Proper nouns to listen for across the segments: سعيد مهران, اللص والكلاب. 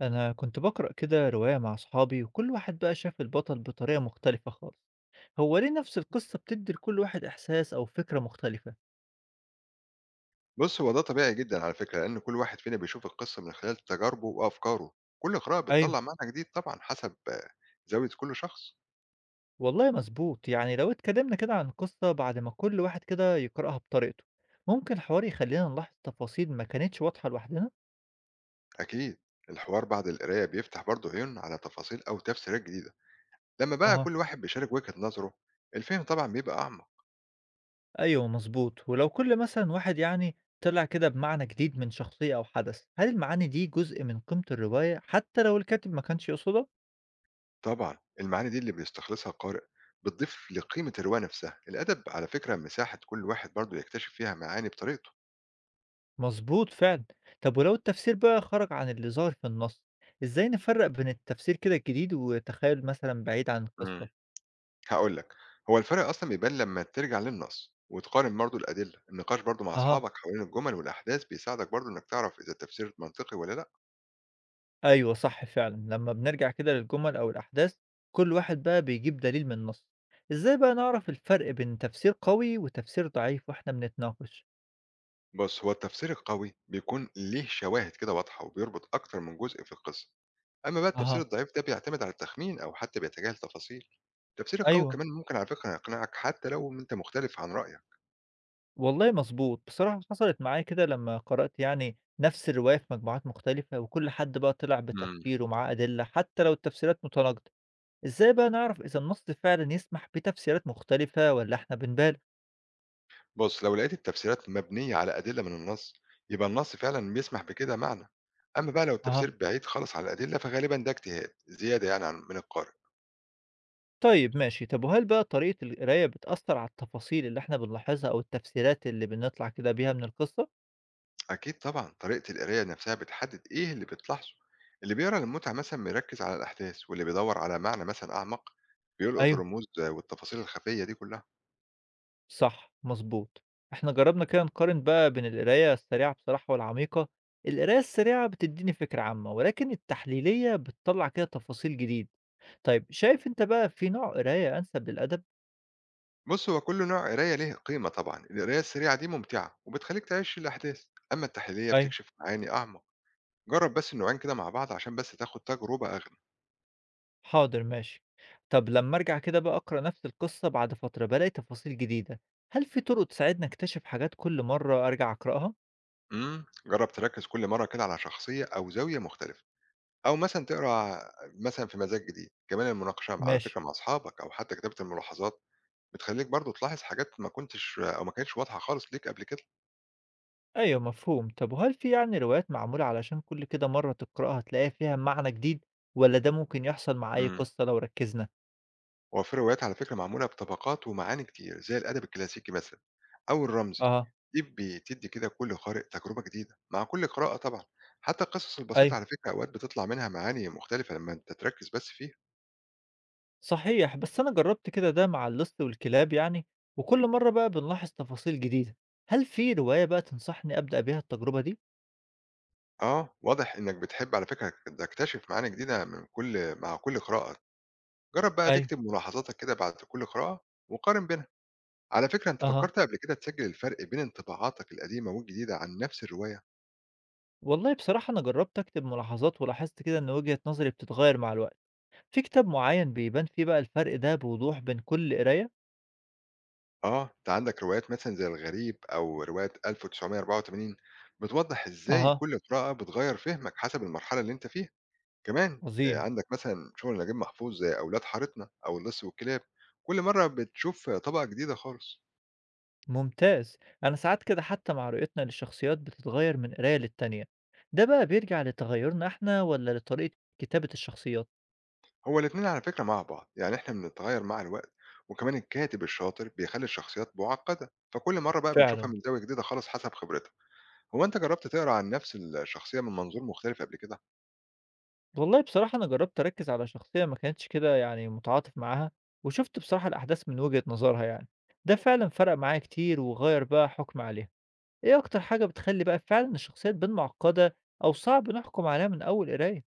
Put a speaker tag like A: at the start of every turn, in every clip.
A: أنا كنت بقرأ كده رواية مع أصحابي، وكل واحد بقى شاف البطل بطريقة مختلفة خالص. هو ليه نفس القصة بتدي لكل واحد إحساس أو فكرة مختلفة؟
B: بُص، هو ده طبيعي جدًا على فكرة، لأن كل واحد فينا بيشوف القصة من خلال تجاربه وأفكاره، كل قراءة
A: أيوه،
B: بتطلّع معنى جديد طبعًا حسب زاوية كل شخص.
A: والله مظبوط. يعني لو اتكلمنا كده عن القصة بعد ما كل واحد كده يقرأها بطريقته، ممكن الحوار يخلينا نلاحظ تفاصيل ما كانتش واضحة لوحدنا؟
B: أكيد. الحوار بعد القراية بيفتح برضه عيون على تفاصيل أو تفسيرات جديدة، لمّا بقى
A: اه.
B: كل واحد بيشارك وجهة نظره، الفهم طبعًا بيبقى أعمق.
A: أيوه مظبوط. ولو كل مثلا واحد يعني طلع كده بمعنى جديد من شخصية أو حدث، هل المعاني دي جزء من قيمة الرواية حتى لو الكاتب ما كانش يقصده؟
B: طبعًا المعاني دي اللي بيستخلصها القارئ بتضيف لقيمة الرواية نفسها، الأدب على فكرة مساحة كل واحد برضه يكتشف فيها معاني بطريقته.
A: مظبوط فعلا. طب ولو التفسير بقى خرج عن اللي ظاهر في النص، ازاي نفرق بين التفسير كده الجديد وتخيل مثلا بعيد عن القصة؟
B: إمم. هاقول لك، هو الفرق أصلًا بيبان لمّا ترجع للنص، وتقارن برضه الأدلة، النقاش برضه مع
A: اها.
B: أصحابك حوالين الجمل والأحداث بيساعدك برضه إنك تعرف إذا التفسير منطقي والّا لأ.
A: ايوه صح فعلا، لما بنرجع كده للجمل او الاحداث كل واحد بقى بيجيب دليل من النص. ازاي بقى نعرف الفرق بين تفسير قوي وتفسير ضعيف واحنا بنتناقش؟
B: بُص، هو التفسير القوي بيكون ليه شواهد كده واضحة، وبيربط أكتر من جزء في القصة. أما بقى التفسير
A: اها.
B: الضعيف ده بيعتمد على التخمين أو حتى بيتجاهل تفاصيل. التفسير القوي
A: ايوه.
B: كمان ممكن على فكرة يقنعك حتى لو أنت مختلف عن رأيك.
A: والله مظبوط، بصراحة حصلت معايا كده لما قرأت يعني نفس الرواية في مجموعات مختلفة، وكل حد بقى طلع
B: إمم.
A: بتفسيره ومعاه أدلة حتى لو التفسيرات متناقضة. إزاي بقى نعرف إذا النص فعلا يسمح بتفسيرات مختلفة ولا إحنا بنبالغ؟
B: بُص، لو لقيت التفسيرات مبنية على أدلة من النص، يبقى النص فعلًا بيسمح بكده معنى، أما بقى لو
A: أها.
B: التفسير بعيد خالص عن الأدلة فغالبًا ده اجتهاد زيادة يعني من القارئ.
A: طيب ماشي. طب وهل بقى طريقة القراية بتأثر على التفاصيل اللي إحنا بنلاحظها أو التفسيرات اللي بنطلع كده بيها من القصة؟
B: أكيد طبعًا طريقة القراية نفسها بتحدد إيه اللي بتلاحظه، اللي بيقرا للمتعة مثلًا بيركز على الأحداث، واللي بيدور على معنى مثلًا أعمق بيلقط
A: أيوه.
B: الرموز والتفاصيل الخفية دي كلها.
A: صح مظبوط. إحنا جربنا كده نقارن بقى بين القراية السريعة بصراحة والعميقة. القراية السريعة بتديني فكرة عامة، ولكن التحليلية بتطلع كده تفاصيل جديد. طيب شايف أنت بقى في نوع قراية أنسب للأدب؟
B: بُص، هو كل نوع قراية ليه قيمة طبعًا، القراية السريعة دي ممتعة وبتخليك تعيش الأحداث، أما التحليلية
A: أيوه.
B: بتكشف معاني أعمق. جرب بس النوعين كده مع بعض عشان بس تاخد تجربة أغلى.
A: حاضر ماشي. طب لما أرجع كده بقى أقرأ نفس القصة بعد فترة بلاقي تفاصيل جديدة، هل في طرق تساعدني أكتشف حاجات كل مرة أرجع أقرأها؟
B: جرب تركز كل مرة كده على شخصية أو زاوية مختلفة أو مثلا تقرأ مثلا في مزاج جديد، كمان المناقشة على
A: ماشي.
B: فكرة مع أصحابك أو حتى كتابة الملاحظات بتخليك برضو تلاحظ حاجات ما كنتش أو ما كانتش واضحة خالص ليك قبل كده.
A: أيوة مفهوم. طب وهل في يعني روايات معمولة علشان كل كده مرة تقرأها تلاقي فيها معنى جديد، ولا ده ممكن يحصل مع أي
B: امم
A: قصة لو ركزنا؟
B: وفي روايات على فكرة معمولة بطبقات ومعاني كتير زي الأدب الكلاسيكي مثلا أو الرمزي،
A: أه.
B: دي بتدي كده كل قارئ تجربة جديدة مع كل قراءة طبعا. حتى القصص
A: أيوة
B: البسيطة على فكرة أوقات بتطلع منها معاني مختلفة لما أنت تركز بس فيها.
A: صحيح، بس أنا جربت كده ده مع اللص والكلاب يعني، وكل مرة بقى بنلاحظ تفاصيل جديدة. هل في رواية بقى تنصحني أبدأ بيها التجربة دي؟
B: واضح إنك بتحب على فكرة تكتشف معاني جديدة من مع كل قراءة. جرب بقى
A: أيوة.
B: تكتب ملاحظاتك كده بعد كل قراءة وقارن بينها. على فكرة أنت
A: أها.
B: فكرت قبل كده تسجل الفرق بين انطباعاتك القديمة والجديدة عن نفس الرواية؟
A: والله بصراحة أنا جربت أكتب ملاحظات، ولاحظت كده إن وجهة نظري بتتغير مع الوقت. في كتاب معين بيبان فيه بقى الفرق ده بوضوح بين كل قراية؟
B: أنت عندك روايات مثلا زي الغريب أو رواية 1984 بتوضح إزاي
A: أها.
B: كل قراءة بتغير فهمك حسب المرحلة اللي أنت فيها. كمان
A: عظيم.
B: عندك مثلا شغل نجيب محفوظ زي أولاد حارتنا أو اللص والكلاب. كل مرة بتشوف طبقة جديدة خالص.
A: ممتاز. أنا ساعات كده حتى مع رؤيتنا للشخصيات بتتغير من قراية للتانية، ده بقى بيرجع لتغيرنا إحنا ولا لطريقة كتابة الشخصيات؟
B: هو الاتنين على فكرة مع بعض، يعني احنا بنتغير مع الوقت وكمان الكاتب الشاطر بيخلي الشخصيات معقدة، فكل مرة بقى بنشوفها
A: فعلا.
B: من زاوية جديدة خالص حسب خبرتها. هو انت جربت تقرا عن نفس الشخصية من منظور مختلف قبل كده؟
A: والله بصراحة أنا جربت أركز على شخصية ما كانتش كده يعني متعاطف معاها، وشفت بصراحة الأحداث من وجهة نظرها يعني، ده فعلا فرق معايا كتير وغير بقى حكم عليها. إيه أكتر حاجة بتخلّي بقى فعلًا الشخصية تبان معقّدة أو صعب نحكُم عليها من أول قراية؟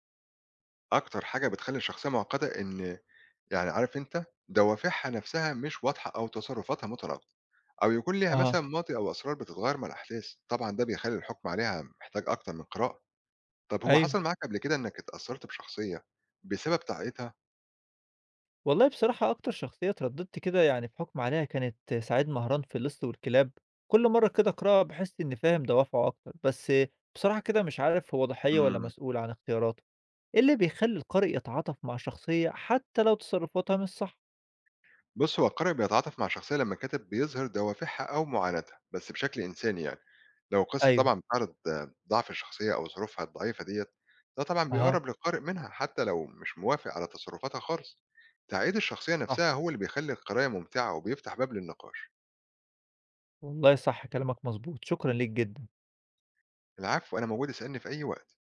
B: اكتر حاجة بتخلي الشخصية معقدة ان، يعني عارف انت، دوافعها نفسها مش واضحة او تصرفاتها متناقضة او يكون ليها
A: أها.
B: مثلا ماضي او اسرار بتتغير مع الاحداث، طبعا ده بيخلي الحكم عليها محتاج اكتر من قراءة. طب هو
A: أيوه.
B: حصل معاك قبل كده انك اتأثرت بشخصية بسبب تعقيدها؟
A: والله بصراحة أكتر شخصية اتردّدت كده يعني في حُكم عليها كانت سعيد مهران في اللِص والكلاب. كل مرّة كده أقرأها باحس إنّي فاهم دوافعه أكتر، بس بصراحة كده مش عارف هو ضحية والّا مسؤول عن اختياراته. إيه اللي بيخلّي القارئ يتعاطف مع شخصية حتى لو تصرُّفاتها مش صح؟
B: بص، هو القارئ بيتعاطف مع شخصية لما الكاتب بيظهر دوافعها أو معاناتها بس بشكل إنساني، يعني لو القصة
A: أيوه.
B: طبعا بتعرض ضعف الشخصية أو ظروفها الضعيفة ديت، ده طبعا
A: أها.
B: بيقرب للقارئ منها حتى لو مش موافق على تصرفاتها خالص. تعقيد الشخصية
A: صح.
B: نفسها هو اللي بيخلي القراية ممتعة وبيفتح باب للنقاش.
A: والله صح كلامك مضبوط، شكرًا ليك جدًا.
B: العفو، أنا موجود، اسألني في أي وقت.